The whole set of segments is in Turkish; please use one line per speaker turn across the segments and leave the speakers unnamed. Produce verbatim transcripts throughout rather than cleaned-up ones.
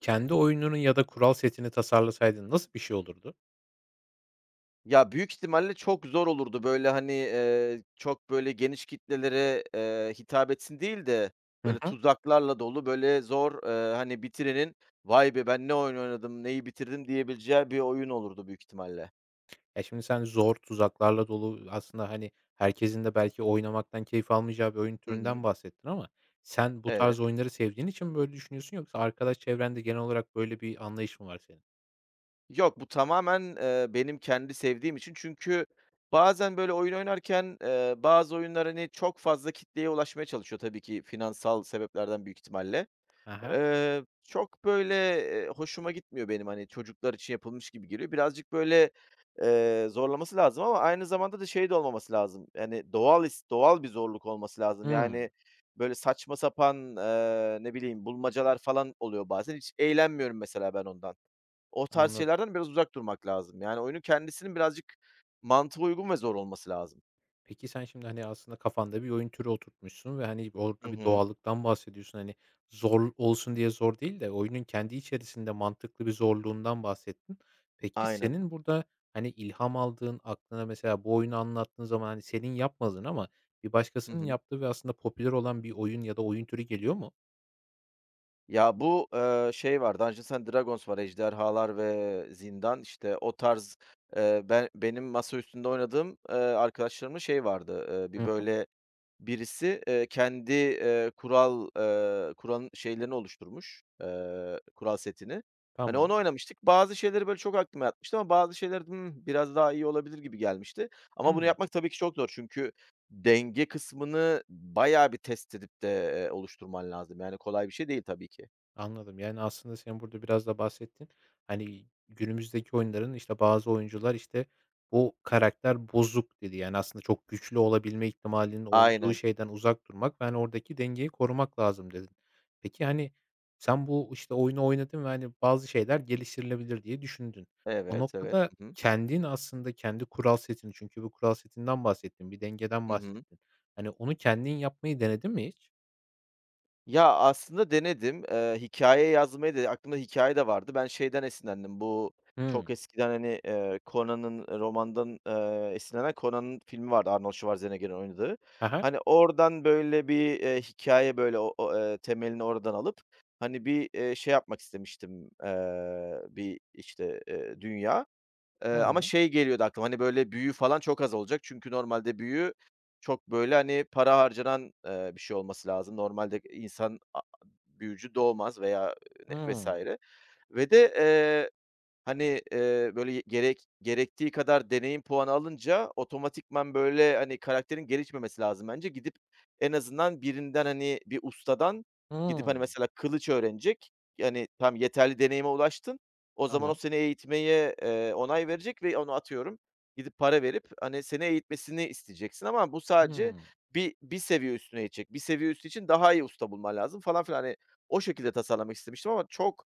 Kendi oyununun ya da kural setini tasarlasaydın nasıl bir şey olurdu?
Ya, büyük ihtimalle çok zor olurdu. Böyle, hani, eee, çok, böyle, geniş kitlelere, eee, hitap etsin değil de,
Hı
böyle,
hı.
tuzaklarla dolu, böyle, zor, eee, hani, bitirenin "Vay be, ben ne oyun oynadım, neyi bitirdim." diyebileceği bir oyun olurdu büyük ihtimalle.
Ya, şimdi sen zor, tuzaklarla dolu, aslında, hani, herkesin de belki oynamaktan keyif almayacağı bir oyun
Hı hı.
türünden bahsettin ama sen bu
Evet.
tarz oyunları sevdiğin için mi böyle düşünüyorsun yoksa arkadaş çevrende genel olarak böyle bir anlayış mı var senin?
Yok, bu tamamen, eee, benim kendi sevdiğim için. Çünkü bazen, böyle, oyun oynarken, eee, bazı oyunlar, hani, çok fazla kitleye ulaşmaya çalışıyor tabii ki finansal sebeplerden büyük ihtimalle.
He he.
Eee, çok, böyle, eee, hoşuma gitmiyor benim, hani, çocuklar için yapılmış gibi geliyor. Birazcık, böyle, eee, zorlaması lazım ama aynı zamanda da şey de olmaması lazım, yani, doğal is doğal bir zorluk olması lazım.
Hımm.
Yani, böyle, saçma sapan, eee, ne bileyim, bulmacalar falan oluyor bazen. Hiç eğlenmiyorum mesela ben ondan. O tarz
Anladım.
şeylerden biraz uzak durmak lazım. Yani, oyunun kendisinin birazcık mantığa uygun ve zor olması lazım.
Peki sen şimdi, hani, aslında kafanda bir oyun türü oturtmuşsun ve, hani,
Hı
orada bir
hı.
doğallıktan bahsediyorsun. Hani, zor olsun diye zor değil de oyunun kendi içerisinde mantıklı bir zorluğundan bahsettin. Peki
Aynen.
senin burada, hani, ilham aldığın, aklına mesela bu oyunu anlattığın zaman, hani, senin yapmadığın ama bir
Hı
başkasının
hı.
yaptığı ve aslında popüler olan bir oyun ya da oyun türü geliyor mu?
Ya, bu, eee, şey var, Dungeons& and Dragons var, Ejderhalar ve Zindan. İşte, o tarz, eee, ben benim masa üstünde oynadığım, eee, arkadaşlarımın şey vardı, eee,
Hı
bir,
hı.
böyle, birisi, eee, kendi, eee, kural, eee, kuralın şeylerini oluşturmuş, eee, kural setini. Hani,
Tamam.
onu oynamıştık. Bazı şeyleri, böyle, çok aklıma yatmıştı ama bazı şeyler, hımm, biraz daha iyi olabilir gibi gelmişti. Ama bunu
Hıı.
yapmak tabii ki çok zor çünkü denge kısmını bayağı bir test edip de, eee, oluşturman lazım. Yani kolay bir şey değil tabii ki.
Anladım. Yani, aslında sen burada biraz da bahsettin hani, günümüzdeki oyunların, işte, bazı oyuncular, işte, bu karakter bozuk dedi. Yani, aslında çok güçlü olabilme ihtimalinin olduğu
Aynen.
şeyden uzak durmak ve, hani, oradaki dengeyi korumak lazım dedin. Peki, hani, sen bu, işte, oyunu oynadın ve, hani, bazı şeyler geliştirilebilir diye düşündün. O
Evet, evet.
noktada
Hı hı.
kendin aslında kendi kural setini çünkü bu kural setinden bahsettin, bir dengeden
Hı hı.
bahsettin. Hani, onu kendin yapmayı denedin mi hiç?
Ya, aslında denedim. Eee, hikâye yazmayı da aklımda hikâye de vardı. Ben şeyden esinlendim, bu
Hımm.
çok eskiden, hani, eee, Conan'ın romandan, eee, esinlenen Conan'ın filmi vardı Arnold Schwarzenegger'in oynadığı.
He he.
Hani, oradan böyle bir, eee, hikâye böyle o o, eee, temelini oradan alıp, hani, bir, eee, şey yapmak istemiştim, eee, bir, işte, eee, dünya. Eee, ama
Hıı.
şey geliyordu aklıma, hani, böyle, büyü falan çok az olacak. Çünkü normalde büyü çok, böyle, hani, para harcanan, eee, bir şey olması lazım. Normalde insan a büyücü doğmaz veya ne vesaire ve de, Hani, eee, böyle, gerek gerektiği kadar deneyim puanı alınca otomatikman, böyle, hani, karakterin gelişmemesi lazım bence. Gidip en azından birinden, hani, bir ustadan gidip, hani,
Hımm.
mesela kılıç öğrenecek. Yani, tamam, yeterli deneyime ulaştın. O zaman o
Tamam.
seni eğitmeye, eee, onay verecek ve onu atıyorum gidip para verip, hani, seni eğitmesini isteyeceksin ama bu sadece
Hımm.
bir bir seviye üstüne gidecek. Bir seviye üstü için daha iyi usta bulman lazım falan filan. Hani, o şekilde tasarlamak istemiştim ama çok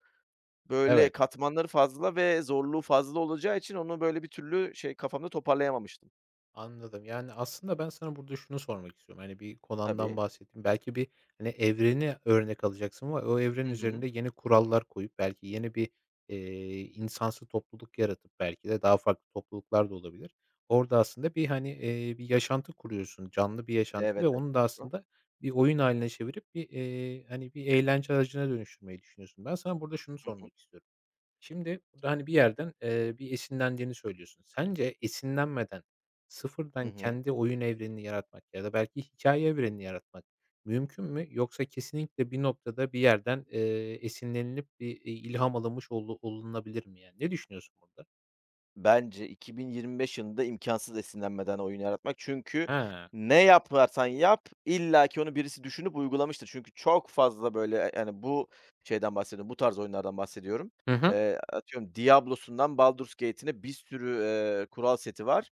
Böyle
Evet,
katmanları fazla ve zorluğu fazla olacağı için onu böyle bir türlü şey kafamda toparlayamamıştım.
anladım. Yani, aslında ben sana burada şunu sormak istiyorum. Hani, bir konandan
Tabii.
bahsettin. Belki bir, hani, evreni örnek alacaksın ama o evren
Hı hı.
üzerinde yeni kurallar koyup belki yeni bir, eee, insansı topluluk yaratıp belki de daha farklı topluluklar da olabilir. Orada aslında bir, hani, eee, bir yaşantı kuruyorsun, canlı bir yaşantı
Evet,
ve
evet.
onu da
Doğru.
aslında bir oyun hâline çevirip bir, eee, hani, bir eğlence aracına dönüştürmeyi düşünüyorsun. Ben sana burada şunu
Hı hı.
sormak istiyorum. Şimdi burada, hani, bir yerden, eee, bir esinlendiğini söylüyorsun. Sence esinlenmeden,
Hı
sıfırdan
hı.
kendi oyun evrenini yaratmak ya da belki hikaye evrenini yaratmak mümkün mü? Yoksa kesinlikle bir noktada, bir yerden, eee, esinlenilip bir, iii, ilham alınmış olu olunabilir mi yani? Ne düşünüyorsun burada?
Bence iki bin yirmi beş yılında imkansız esinlenmeden oyun yaratmak. Çünkü
Ha.
ne yaparsan yap illaki onu birisi düşünüp uygulamıştır. Çünkü çok fazla böyle, e, yani, bu şeyden bahsediyorum, bu tarz oyunlardan bahsediyorum.
Hı hı.
Eee, atıyorum Diablo'sundan Baldur's Gate'ine bir sürü, eee, kural seti var.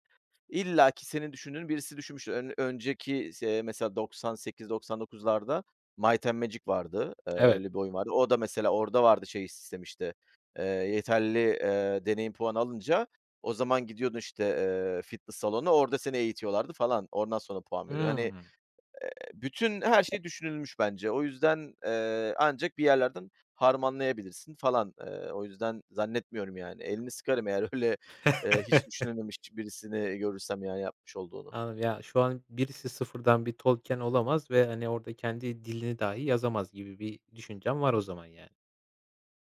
İlla ki senin düşündüğün birisi düşünmüş. Ön önceki se mesela doksan sekiz doksan dokuzlarda Might and Magic vardı. Eee,
Evet.
öyle bir oyun vardı. O da mesela orada vardı şey sistemi işte, eee, yeterli, eee, deneyim puanı alınca o zaman gidiyordun işte, eee, fitness salonu orada seni eğitiyorlardı falan. Oradan sonra puan veriyor. Hani
Hımm.
bütün her şey düşünülmüş bence. O yüzden, eee, ancak bir yerlerden harmanlayabilirsin falan. Eee, o yüzden zannetmiyorum yani. Elini sıkarım eğer öyle, eee, hiç düşünülmemiş birisini görürsem yani yapmış olduğunu.
Anladım. Ya, şu an birisi sıfırdan bir Tolkien olamaz ve, hani, orada kendi dilini dahi yazamaz gibi bir düşüncem var o zaman yani.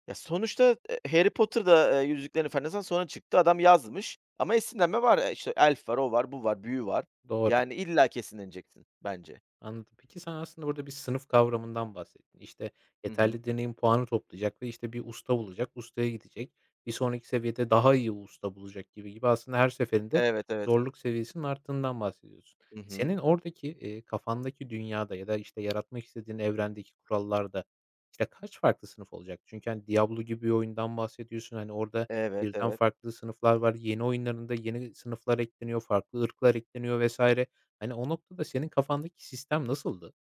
Ya, sonuçta, eee, Harry Potter da, eee, Yüzüklerin Efendisi'nden sonra çıktı. Adam yazmış ama esinlenme var. Eee, işte elf var, o var, bu var, büyü var.
Doğru.
Yani illaki esinleneceksin bence.
Anladım. Peki sen aslında burada bir sınıf kavramından bahsettin. İşte
Hı hı.
yeterli deneyim puanı toplayacak ve işte bir usta bulacak, ustaya gidecek. Bir sonraki seviyede daha iyi usta bulacak gibi gibi aslında her seferinde
Evet, evet.
zorluk seviyesinin arttığından bahsediyorsun.
Hı hı.
Senin oradaki e, kafandaki dünyada ya da işte yaratmak istediğin evrendeki kurallarda işte kaç farklı sınıf olacak? Çünkü hani Diablo gibi bir oyundan bahsediyorsun. Hani orada
Evet,
birden
evet.
farklı sınıflar var. Yeni oyunlarında yeni sınıflar ekleniyor, farklı ırklar ekleniyor vesaire. Hani, o noktada senin kafandaki sistem nasıldı?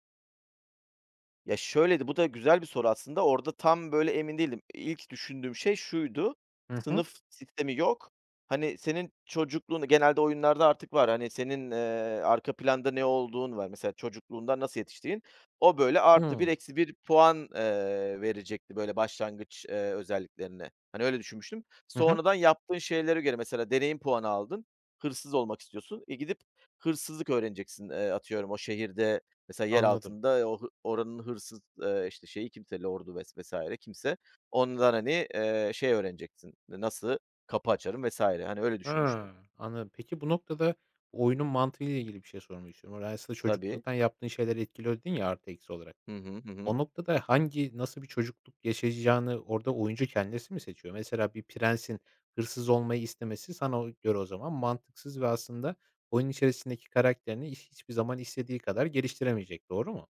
Ya, şöyleydi, bu da güzel bir soru aslında. Orada tam böyle emin değildim. İlk düşündüğüm şey şuydu:
Hı hı.
Sınıf sistemi yok. Hani, senin çocukluğun genelde oyunlarda artık var. Hani, senin, eee, arka planda ne olduğun var. Mesela çocukluğundan nasıl yetiştiğin. O böyle artı bir
Hımm.
eksi bir puan, eee, verecekti böyle başlangıç, eee, özelliklerine. Hani, öyle düşünmüştüm.
Hı hı.
Sonradan yaptığın şeylere göre mesela deneyim puanı aldın. Hırsız olmak istiyorsun. E, gidip hırsızlık öğreneceksin, eee, atıyorum o şehirde Mesela yer
Anladım.
altında o hı oranın hırsız, eee, işte, şeyi kimse lordu vesaire vesaire kimse. Ondan, hani, eee, şey öğreneceksin, nasıl kapı açarım vesaire hani, öyle
Hıı,
düşünmüştüm.
anladım. Peki bu noktada oyunun mantığıyla ilgili bir şey sormak istiyorum. Yani aslında
Tabii.
çocukluktan yaptığın şeyler etkiliyor dedin ya artı eksi olarak.
Hı hı. Hı hı.
O noktada hangi, nasıl bir çocukluk yaşayacağını orada oyuncu kendisi mi seçiyor? Mesela bir prensin hırsız olmayı istemesi sana o göre o zaman mantıksız ve aslında oyun içerisindeki karakterini hiç hiçbir zaman istediği kadar geliştiremeyecek. Doğru mu?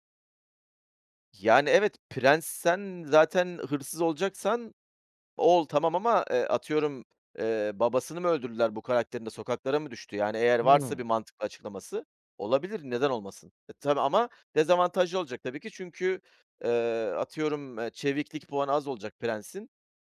Yani, evet, prens sen zaten hırsız olacaksan ol tamam ama, eee, atıyorum, eee, babasını mı öldürdüler bu karakterin de sokaklara mı düştü? Yani, eğer varsa
Hımm.
bir mantıklı açıklaması olabilir, neden olmasın? E, tabii ama dezavantajlı olacak tabii ki çünkü, eee, atıyorum, eee, çeviklik puanı az olacak prensin.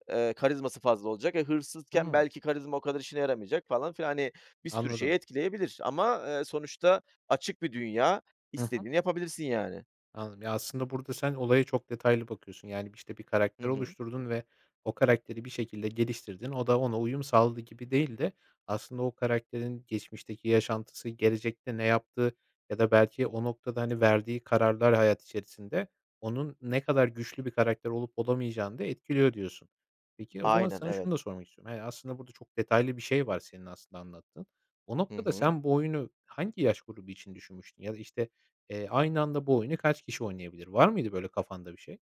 Eee, karizması fazla olacak. E, hırsızken
Hımm.
belki karizma o kadar işine yaramayacak falan filan. Hani, bir sürü şeyi
Anladım.
etkileyebilir ama, eee, sonuçta açık bir dünya.
Hı hı.
İstediğini yapabilirsin yani.
Anladım. Ya, aslında burada sen olaya çok detaylı bakıyorsun. Yani, işte, bir
Hı
karakter
hı.
oluşturdun ve o karakteri bir şekilde geliştirdin. O da ona uyum sağladı gibi değil de aslında o karakterin geçmişteki yaşantısı, gelecekte ne yaptığı ya da belki o noktada, hani, verdiği kararlar hayat içerisinde onun ne kadar güçlü bir karakter olup olamayacağını da etkiliyor diyorsun. Peki, o zaman
Aynen,
sana şunu
evet.
da sormak istiyorum. Hani, aslında burada çok detaylı bir şey var senin aslında anlattığın. O
Hı
noktada
hı.
sen bu oyunu hangi yaş grubu için düşünmüştün? Ya da, işte, Eee, aynı anda bu oyunu kaç kişi oynayabilir? Var mıydı böyle kafanda bir şey?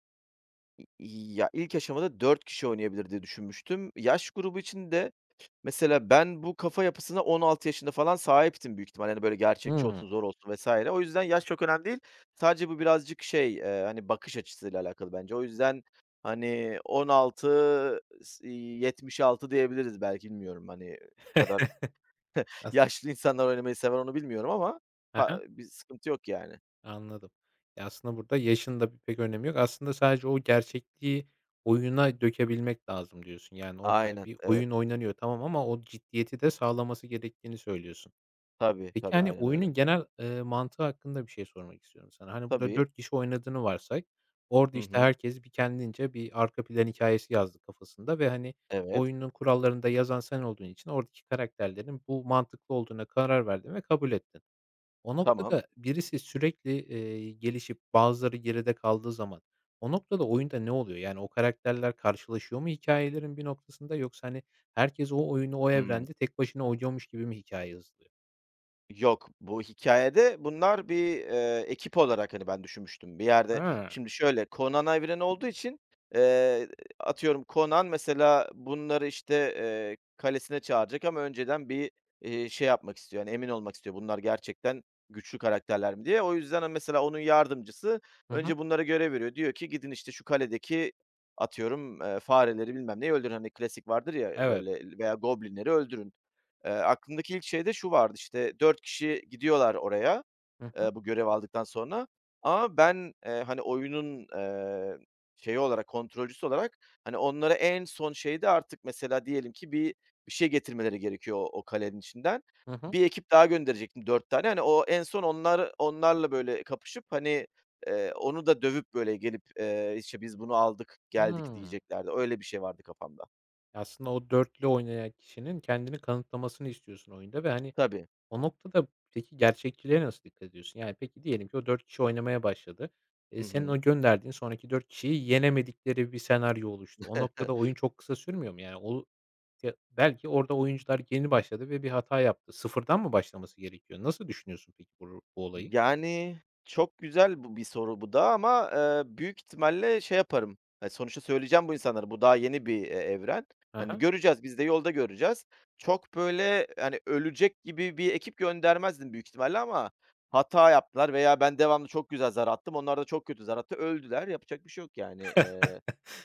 ya, ilk aşamada dört kişi oynayabilir diye düşünmüştüm. Yaş grubu için de, Mesela ben bu kafa yapısına on altı yaşında falan sahiptim büyük ihtimalle. Hani, böyle, gerçekçi
Hımm.
olsun, zor olsun vesaire. O yüzden yaş çok önemli değil. Sadece bu birazcık şey, eee, hani, bakış açısıyla alakalı bence. O yüzden, hani, on altı s iii, yetmiş altı diyebiliriz belki bilmiyorum, hani, kadar
As
yaşlı insanlar oynamayı sever onu bilmiyorum ama
Hı
pa
hı,
bir sıkıntı yok yani.
anladım. Ya, aslında burada yaşın da pek önemi yok. Aslında sadece o gerçekliği oyuna dökebilmek lazım diyorsun. Yani orada
Aynen,
bir
evet.
oyun oynanıyor tamam ama o ciddiyeti de sağlaması gerektiğini söylüyorsun.
Tabii,
Peki,
tabii,
hani,
aynen
oyunun
öyle.
genel, eee, mantığı hakkında bir şey sormak istiyorum sana. Hani, burada
Tabii.
dört kişi oynadığını varsay, orada,
Hı
işte,
hı.
herkes bir kendince bir arka plan hikâyesi yazdı kafasında ve, hani,
Evet.
oyunun kurallarında yazan sen olduğun için oradaki karakterlerin bu mantıklı olduğuna karar verdin ve kabul ettin. O
Tamam.
noktada birisi sürekli, eee, gelişip bazıları geride kaldığı zaman o noktada oyunda ne oluyor? Yani, o karakterler karşılaşıyor mu hikâyelerin bir noktasında yoksa, hani, herkes o oyunu o
Hıı.
evrende tek başına oynuyormuş gibi mi hikâye yazılıyor?
Yok, bu hikâyede bunlar bir, eee, ekip olarak, hani, ben düşünmüştüm. Bir yerde
He.
şimdi şöyle, Conan evreni olduğu için, eee, atıyorum Conan mesela bunları, işte, eee, kalesine çağıracak ama önceden bir, eee, şey yapmak istiyor, hani, emin olmak istiyor bunlar gerçekten güçlü karakterler mi diye. O yüzden, hani, mesela onun yardımcısı
Hı hı.
önce bunlara görev veriyor. Diyor ki gidin, işte, şu kaledeki atıyorum, eee, fareleri bilmem neyi öldürün. Hani, klasik vardır ya
Evet.
böyle veya goblinleri öldürün. Eee, aklımdaki ilk şey de şu vardı, işte, dört kişi gidiyorlar oraya,
Hı hı.
eee, bu görevi aldıktan sonra ama ben, eee, hani, oyunun, eee, şeyi olarak, kontrolcüsü olarak, hani, onlara en son şeyde artık mesela diyelim ki bir bir şey getirmeleri gerekiyor o o kalenin içinden.
Hı hı.
Bir ekip daha gönderecektim dört tane. Hani, o en son onlar onlarla, böyle, kapışıp, hani, eee, onu da dövüp, böyle, gelip, eee, işte, "Biz bunu aldık, geldik."
Hımm.
diyeceklerdi. Öyle bir şey vardı kafamda.
Aslında o dörtlü oynayan kişinin kendini kanıtlamasını istiyorsun oyunda ve, hani,
Tabii.
o noktada peki gerçekçiliğe nasıl dikkat ediyorsun? Yani, peki diyelim ki o dört kişi oynamaya başladı. Eee,
Hı
senin
hı.
o gönderdiğin sonraki dört kişiyi yenemedikleri bir senaryo oluştu. O noktada oyun çok kısa sürmüyor mu? Yani, o ya belki orada oyuncular yeni başladı ve bir hata yaptı. Sıfırdan mı başlaması gerekiyor? Nasıl düşünüyorsun peki bu ru bu olayı?
Yani, çok güzel bu bir soru bu da ama, eee, büyük ihtimalle şey yaparım, eee, sonuçta söyleyeceğim bu insanlara, bu daha yeni bir, eee, evren.
Hı
Hani,
hı.
göreceğiz, biz de yolda göreceğiz. Çok böyle, hani, ölecek gibi bir ekip göndermezdim büyük ihtimalle ama hata yaptılar veya ben devamlı çok güzel zar attım, onlar da çok kötü zar attı, öldüler. Yapacak bir şey yok yani. Eee,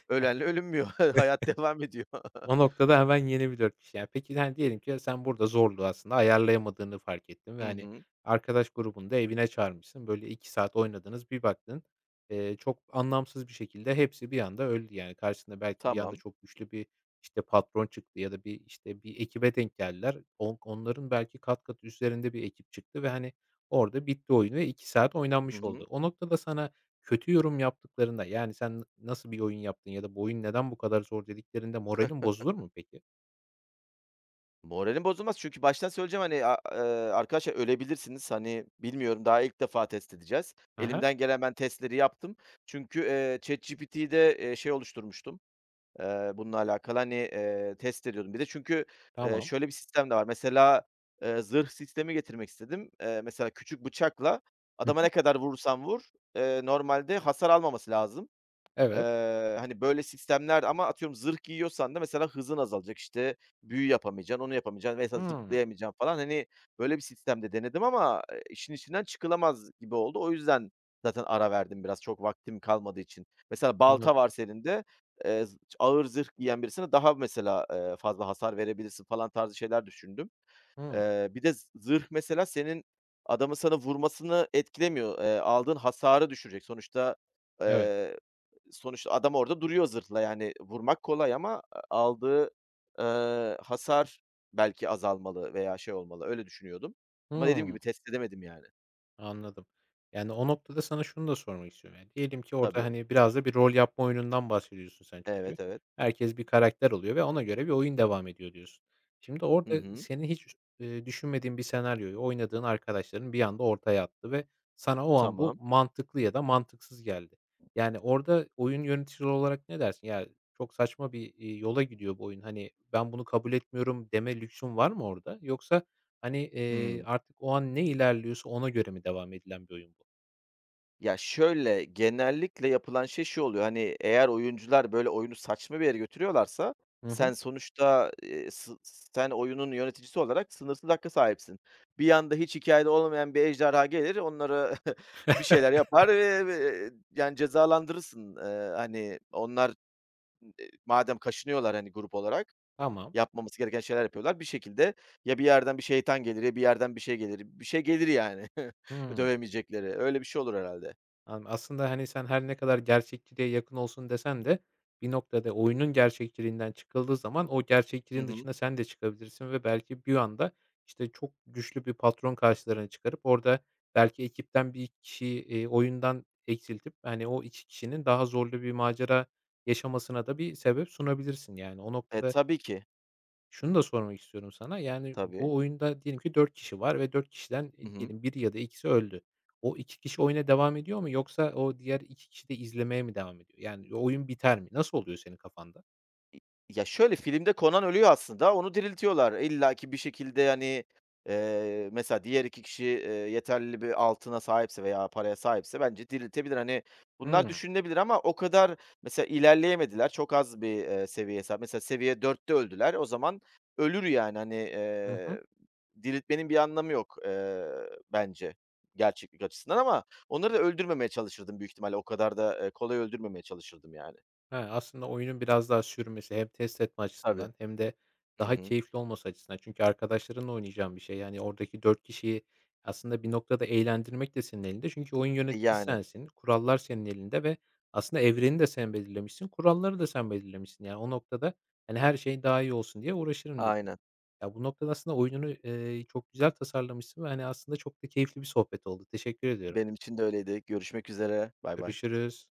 ölenle ölünmüyor. Hayat devam ediyor.
O noktada hemen yeni bir dört kişi. Yani, peki, hani, diyelim ki sen burada zorluğu aslında ayarlayamadığını fark ettin ve,
Hı
hani,
hı.
arkadaş grubunu da evine çağırmışsın. Böyle iki saat oynadınız, bir baktın, eee, çok anlamsız bir şekilde hepsi bir anda öldü. Yani, karşısında belki bir anda
Tamam.
çok güçlü bir, işte, patron çıktı ya da bir, işte, bir ekibe denk geldiler. On onların belki kat kat üzerinde bir ekip çıktı ve, hani, orada bitti oyunu ve iki saat
Hı
oynanmış oldu.
hı.
O noktada sana kötü yorum yaptıklarında, yani, "Sen nasıl bir oyun yaptın?" ya da "Bu oyun neden bu kadar zor?" dediklerinde moralin bozulur mu peki?
Moralim bozulmaz çünkü baştan söyleyeceğim, hani, a eee, "Arkadaşlar ölebilirsiniz, hani, bilmiyorum, daha ilk defa test edeceğiz."
Hı hı.
Elimden gelen ben testleri yaptım. Çünkü, eee, ChatGPT'de, eee, şey oluşturmuştum, eee, bununla alakalı, hani, eee, test ediyordum. Bir de çünkü, eee,
Tamam.
şöyle bir sistem de var. Mesela, eee, zırh sistemi getirmek istedim. Eee, mesela küçük bıçakla
Hı
adama
hı.
ne kadar vurursan vur, eee, normalde hasar almaması lazım.
Evet.
Eee, hani, böyle sistemler ama atıyorum zırh giyiyorsan da mesela hızın azalacak, işte, büyü yapamayacaksın, onu yapamayacaksın mesela
Hımm.
zıplayamayacaksın falan. Hani, böyle bir sistemde denedim ama, eee, işin içinden çıkılamaz gibi oldu. O yüzden zaten ara verdim biraz çok vaktim kalmadığı için. Mesela balta
Anladım.
varsa elinde, eee, z ağır zırh giyen birisine daha mesela, eee, fazla hasar verebilirsin falan tarzı şeyler düşündüm.
Hımm.
Eee, bir de z zırh mesela senin adamın sana vurmasını etkilemiyor. Eee, aldığın hasarı düşürecek. Sonuçta,
Evet.
sonuçta adam orada duruyor zırhla, yani vurmak kolay ama aldığı, eee, hasar belki azalmalı veya şey olmalı, öyle düşünüyordum. Ama dediğim
Hımm.
gibi test edemedim yani.
Anladım. Yani, o noktada sana şunu da sormak istiyorum. Yani, diyelim ki orada,
Tabii.
hani, biraz da bir rol yapma oyunundan bahsediyorsun sen çünkü.
Evet, evet.
Herkes bir karakter oluyor ve ona göre bir oyun devam ediyor diyorsun. Şimdi
Hı
orada
hı.
senin hiç, eee, düşünmediğin bir senaryoyu oynadığın arkadaşların bir anda ortaya attı ve sana o an bu
Tamam.
mantıklı ya da mantıksız geldi. Yani, orada oyun yöneticisi olarak ne dersin? "Ya, çok saçma bir, iii, yola gidiyor bu oyun. Hani, ben bunu kabul etmiyorum." deme lüksün var mı orada? Yoksa hani, eee,
Hıı.
artık o an ne ilerliyorsa ona göre mi devam edilen bir oyun bu?
Ya, şöyle, genellikle yapılan şey şu oluyor, hani, eğer oyuncular, böyle, oyunu saçma bir yere götürüyorlarsa
Hı hı.
sen sonuçta, eee, s sen oyunun yöneticisi olarak sınırsız hakka sahipsin. Bir yanda hiç hikayede olmayan bir ejderha gelir, onlara bir şeyler yapar ve ve yani cezalandırırsın. Eee, hani, onlar madem kaşınıyorlar, hani, grup olarak,
Tamam.
yapmaması gereken şeyler yapıyorlar. Bir şekilde ya bir yerden bir şeytan gelir ya bir yerden bir şey gelir. Bir şey gelir yani
Hımm.
dövemeyecekleri. Öyle bir şey olur herhalde.
An aslında, hani, sen her ne kadar gerçekçiliğe yakın olsun desen de bir noktada oyunun gerçekçiliğinden çıkıldığı zaman o
Hı
gerçekçiliğin
hı.
dışına sen de çıkabilirsin ve belki bir anda, işte, çok güçlü bir patron karşılarına çıkarıp orada belki ekipten bir kişiyi, eee, oyundan eksiltip, hani, o iki kişinin daha zorlu bir macera yaşamasına da bir sebep sunabilirsin. Yani o
E,
noktada
tabii ki.
şunu da sormak istiyorum sana, yani,
Tabii.
bu oyunda diyelim ki dört kişi var ve dört kişiden,
Hı
eee,
hı.
diyelim biri ya da ikisi öldü. O iki kişi oyuna devam ediyor mu yoksa o diğer iki kişi de izlemeye mi devam ediyor? Yani, oyun biter mi? Nasıl oluyor senin kafanda?
ya, şöyle, filmde Conan ölüyor aslında, onu diriltiyorlar. İllaki bir şekilde, hani, eee, mesela diğer iki kişi, eee, yeterli bir altına sahipse veya paraya sahipse bence diriltebilir. Hani, bunlar düşünülebilir ama o kadar mesela ilerleyemediler. Çok az bir, eee, seviye hesap Mesela seviye dörtte öldüler. O zaman ölür yani, hani,
Hı hı.
eee, diriltmenin bir anlamı yok, eee, bence gerçeklik açısından ama onları da öldürmemeye çalışırdım büyük ihtimalle. O kadar da, eee, kolay öldürmemeye çalışırdım yani.
He, aslında oyunun biraz daha sürmesi hem test etme
Tabii.
açısından hem de
Hı
daha
hı.
keyifli olması açısından. Çünkü arkadaşlarınla oynayacağın bir şey. Yani oradaki dört kişiyi aslında bir noktada eğlendirmek de senin elinde. Çünkü oyun
E,
yöneticisi
yani.
sensin, kurallar senin elinde ve aslında evreni de sen belirlemişsin, kuralları da sen belirlemişsin. Yani o noktada, hani, her şey daha iyi olsun diye uğraşırım dedim.
Aynen.
Ya, bu noktada aslında oyununu, eee, çok güzel tasarlamışsın ve, hani, aslında çok da keyifli bir sohbet oldu. Teşekkür ediyorum.
Benim için de öyleydi. Görüşmek üzere. Bay bay.
Görüşürüz.